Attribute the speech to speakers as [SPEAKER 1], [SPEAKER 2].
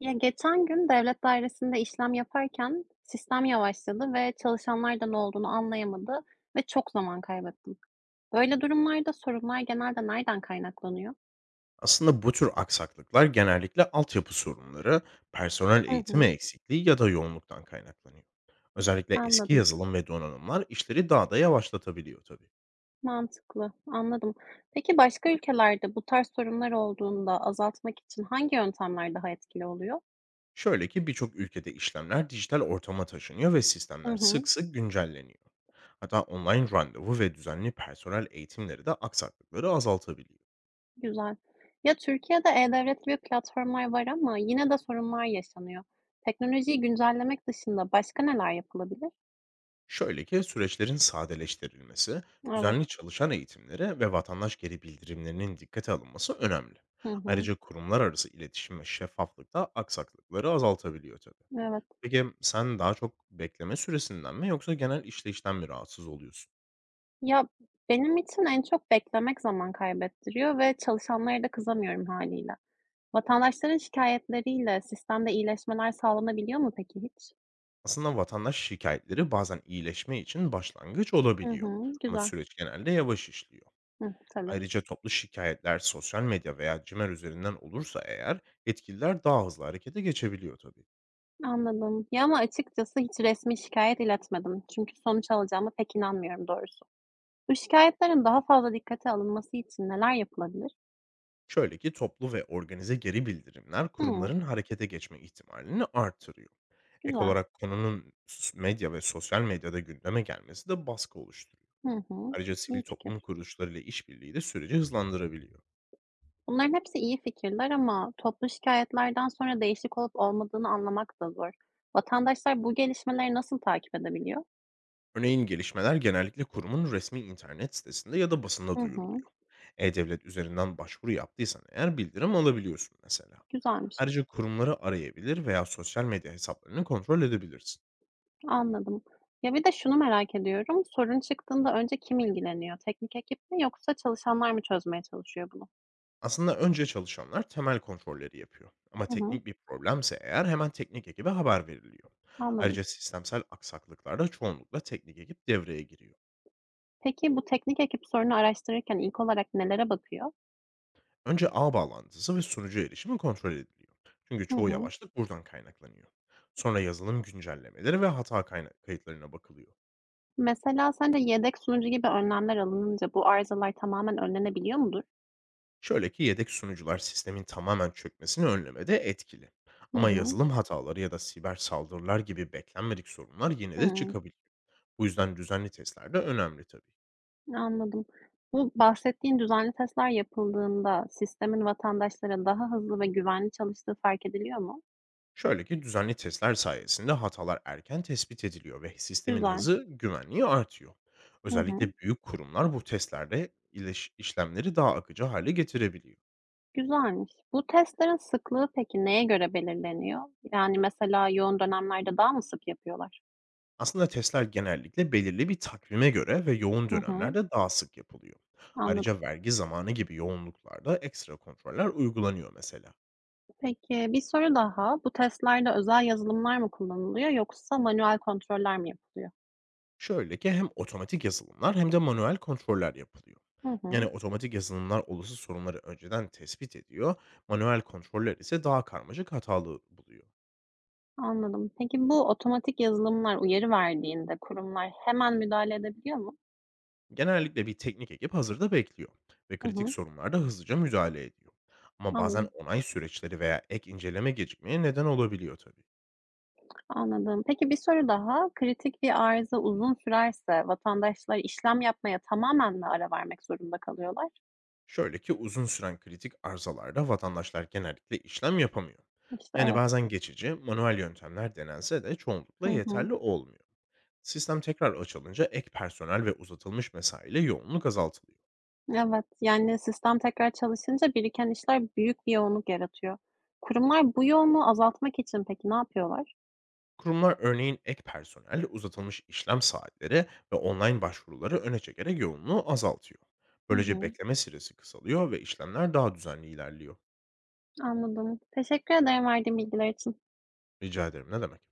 [SPEAKER 1] Ya, geçen gün devlet dairesinde işlem yaparken sistem yavaşladı ve çalışanlardan ne olduğunu anlayamadı ve çok zaman kaybettim. Böyle durumlarda sorunlar genelde nereden kaynaklanıyor?
[SPEAKER 2] Aslında bu tür aksaklıklar genellikle altyapı sorunları, personel
[SPEAKER 1] Hı
[SPEAKER 2] eğitimi
[SPEAKER 1] hı,
[SPEAKER 2] eksikliği ya da yoğunluktan kaynaklanıyor. Özellikle eski
[SPEAKER 1] anladım.
[SPEAKER 2] yazılım ve donanımlar işleri daha da yavaşlatabiliyor tabii.
[SPEAKER 1] Mantıklı, anladım. Peki başka ülkelerde bu tarz sorunlar olduğunda azaltmak için hangi yöntemler daha etkili oluyor?
[SPEAKER 2] Şöyle ki birçok ülkede işlemler dijital ortama taşınıyor ve
[SPEAKER 1] Hı
[SPEAKER 2] sistemler sık
[SPEAKER 1] hı,
[SPEAKER 2] sık güncelleniyor. Hatta online randevu ve düzenli personel eğitimleri de aksaklıkları azaltabiliyor.
[SPEAKER 1] güzel. Ya, Türkiye'de e-devlet gibi platformlar var ama yine de sorunlar yaşanıyor. Teknolojiyi güncellemek dışında başka neler yapılabilir?
[SPEAKER 2] Şöyle ki süreçlerin sadeleştirilmesi, düzenli
[SPEAKER 1] Evet.
[SPEAKER 2] çalışan eğitimleri ve vatandaş geri bildirimlerinin dikkate alınması önemli.
[SPEAKER 1] Hı hı.
[SPEAKER 2] Ayrıca kurumlar arası iletişim ve şeffaflık da aksaklıkları azaltabiliyor tabii.
[SPEAKER 1] Evet.
[SPEAKER 2] Peki sen daha çok bekleme süresinden mi yoksa genel işleyişten mi rahatsız oluyorsun?
[SPEAKER 1] Ya, benim için en çok beklemek zaman kaybettiriyor ve çalışanlara da kızamıyorum haliyle. Vatandaşların şikayetleriyle sistemde iyileşmeler sağlanabiliyor mu peki hiç?
[SPEAKER 2] Aslında vatandaş şikayetleri bazen iyileşme için başlangıç
[SPEAKER 1] Hı
[SPEAKER 2] olabiliyor.
[SPEAKER 1] hı,
[SPEAKER 2] Ama
[SPEAKER 1] güzel.
[SPEAKER 2] süreç genelde yavaş işliyor.
[SPEAKER 1] Hıh, tabii.
[SPEAKER 2] Ayrıca toplu şikayetler sosyal medya veya cimer üzerinden olursa eğer yetkililer daha hızlı harekete geçebiliyor tabii.
[SPEAKER 1] Anladım. Ya, ama açıkçası hiç resmi şikayet iletmedim, çünkü sonuç alacağıma pek inanmıyorum doğrusu. Bu şikâyetlerin daha fazla dikkate alınması için neler yapılabilir?
[SPEAKER 2] Şöyle ki toplu ve organize geri bildirimler
[SPEAKER 1] Hı.
[SPEAKER 2] kurumların harekete geçme ihtimalini artırıyor. Ek
[SPEAKER 1] Güzel.
[SPEAKER 2] olarak konunun medya ve sosyal medyada gündeme gelmesi de baskı oluşturuyor.
[SPEAKER 1] Hı hı.
[SPEAKER 2] Ayrıca sivil
[SPEAKER 1] İyi
[SPEAKER 2] toplum
[SPEAKER 1] fikir.
[SPEAKER 2] kuruluşlarıyla işbirliği de süreci hızlandırabiliyor.
[SPEAKER 1] Bunların hepsi iyi fikirler ama toplu şikayetlerden sonra değişik olup olmadığını anlamak da zor. Vatandaşlar bu gelişmeleri nasıl takip edebiliyor?
[SPEAKER 2] Örneğin gelişmeler genellikle kurumun resmi internet sitesinde ya da basında
[SPEAKER 1] Hı hı,
[SPEAKER 2] duyuruluyor. E-Devlet üzerinden başvuru yaptıysan eğer bildirim alabiliyorsun mesela.
[SPEAKER 1] güzelmiş.
[SPEAKER 2] Ayrıca kurumları arayabilir veya sosyal medya hesaplarını kontrol edebilirsin.
[SPEAKER 1] Anladım. Ya, bir de şunu merak ediyorum. Sorun çıktığında önce kim ilgileniyor? Teknik ekip mi yoksa çalışanlar mı çözmeye çalışıyor bunu?
[SPEAKER 2] Aslında önce çalışanlar temel kontrolleri yapıyor. Ama
[SPEAKER 1] Hı hı,
[SPEAKER 2] teknik bir problemse eğer hemen teknik ekibe haber veriliyor.
[SPEAKER 1] anladım.
[SPEAKER 2] Ayrıca sistemsel aksaklıklarda çoğunlukla teknik ekip devreye giriyor.
[SPEAKER 1] Peki bu teknik ekip sorunu araştırırken ilk olarak nelere bakıyor?
[SPEAKER 2] Önce ağ bağlantısı ve sunucu erişimi kontrol ediliyor. Çünkü
[SPEAKER 1] Hı
[SPEAKER 2] çoğu
[SPEAKER 1] hı.
[SPEAKER 2] yavaşlık buradan kaynaklanıyor. Sonra yazılım güncellemeleri ve hata kayıtlarına bakılıyor.
[SPEAKER 1] Mesela sence yedek sunucu gibi önlemler alınınca bu arızalar tamamen önlenebiliyor mudur?
[SPEAKER 2] Şöyle ki yedek sunucular sistemin tamamen çökmesini önlemede etkili.
[SPEAKER 1] Hı
[SPEAKER 2] Ama
[SPEAKER 1] hı.
[SPEAKER 2] yazılım hataları ya da siber saldırılar gibi beklenmedik sorunlar yine de
[SPEAKER 1] Hı.
[SPEAKER 2] çıkabilir. Bu yüzden düzenli testler de önemli tabii.
[SPEAKER 1] Anladım. Bu bahsettiğin düzenli testler yapıldığında sistemin vatandaşlara daha hızlı ve güvenli çalıştığı fark ediliyor mu?
[SPEAKER 2] Şöyle ki düzenli testler sayesinde hatalar erken tespit ediliyor ve sistemin
[SPEAKER 1] Güzel.
[SPEAKER 2] hızı, güvenliği artıyor.
[SPEAKER 1] Hı
[SPEAKER 2] Özellikle
[SPEAKER 1] hı.
[SPEAKER 2] büyük kurumlar bu testlerde işlemleri daha akıcı hale getirebiliyor.
[SPEAKER 1] Güzelmiş. Bu testlerin sıklığı peki neye göre belirleniyor? Yani mesela yoğun dönemlerde daha mı sık yapıyorlar?
[SPEAKER 2] Aslında testler genellikle belirli bir takvime göre ve yoğun
[SPEAKER 1] Hı hı.
[SPEAKER 2] dönemlerde daha sık yapılıyor.
[SPEAKER 1] Anladım.
[SPEAKER 2] Ayrıca vergi zamanı gibi yoğunluklarda ekstra kontroller uygulanıyor mesela.
[SPEAKER 1] Peki bir soru daha. Bu testlerde özel yazılımlar mı kullanılıyor yoksa manuel kontroller mi yapılıyor?
[SPEAKER 2] Şöyle ki hem otomatik yazılımlar hem de manuel kontroller yapılıyor.
[SPEAKER 1] Hı
[SPEAKER 2] Yani
[SPEAKER 1] hı.
[SPEAKER 2] otomatik yazılımlar olası sorunları önceden tespit ediyor, manuel kontroller ise daha karmaşık hatalı buluyor.
[SPEAKER 1] Anladım. Peki bu otomatik yazılımlar uyarı verdiğinde kurumlar hemen müdahale edebiliyor mu?
[SPEAKER 2] Genellikle bir teknik ekip hazırda bekliyor ve
[SPEAKER 1] Hı
[SPEAKER 2] kritik
[SPEAKER 1] hı.
[SPEAKER 2] sorunlarda hızlıca müdahale ediyor. Ama bazen
[SPEAKER 1] Anladım,
[SPEAKER 2] onay süreçleri veya ek inceleme gecikmeye neden olabiliyor tabii.
[SPEAKER 1] anladım. Peki bir soru daha. Kritik bir arıza uzun sürerse vatandaşlar işlem yapmaya tamamen mi ara vermek zorunda kalıyorlar?
[SPEAKER 2] Şöyle ki uzun süren kritik arızalarda vatandaşlar genellikle işlem yapamıyor.
[SPEAKER 1] İşte,
[SPEAKER 2] Yani
[SPEAKER 1] evet.
[SPEAKER 2] bazen geçici, manuel yöntemler denense de çoğunlukla
[SPEAKER 1] Hı hı.
[SPEAKER 2] yeterli olmuyor. Sistem tekrar açılınca ek personel ve uzatılmış mesaiyle yoğunluk azaltılıyor.
[SPEAKER 1] Evet, yani sistem tekrar çalışınca biriken işler büyük bir yoğunluk yaratıyor. Kurumlar bu yoğunluğu azaltmak için peki ne yapıyorlar?
[SPEAKER 2] Kurumlar örneğin ek personel, uzatılmış işlem saatleri ve online başvuruları öne çekerek yoğunluğu azaltıyor.
[SPEAKER 1] Hı
[SPEAKER 2] Böylece
[SPEAKER 1] hı,
[SPEAKER 2] bekleme süresi kısalıyor ve işlemler daha düzenli ilerliyor.
[SPEAKER 1] anladım. Teşekkür ederim verdiğin bilgiler için.
[SPEAKER 2] Rica ederim ne demek.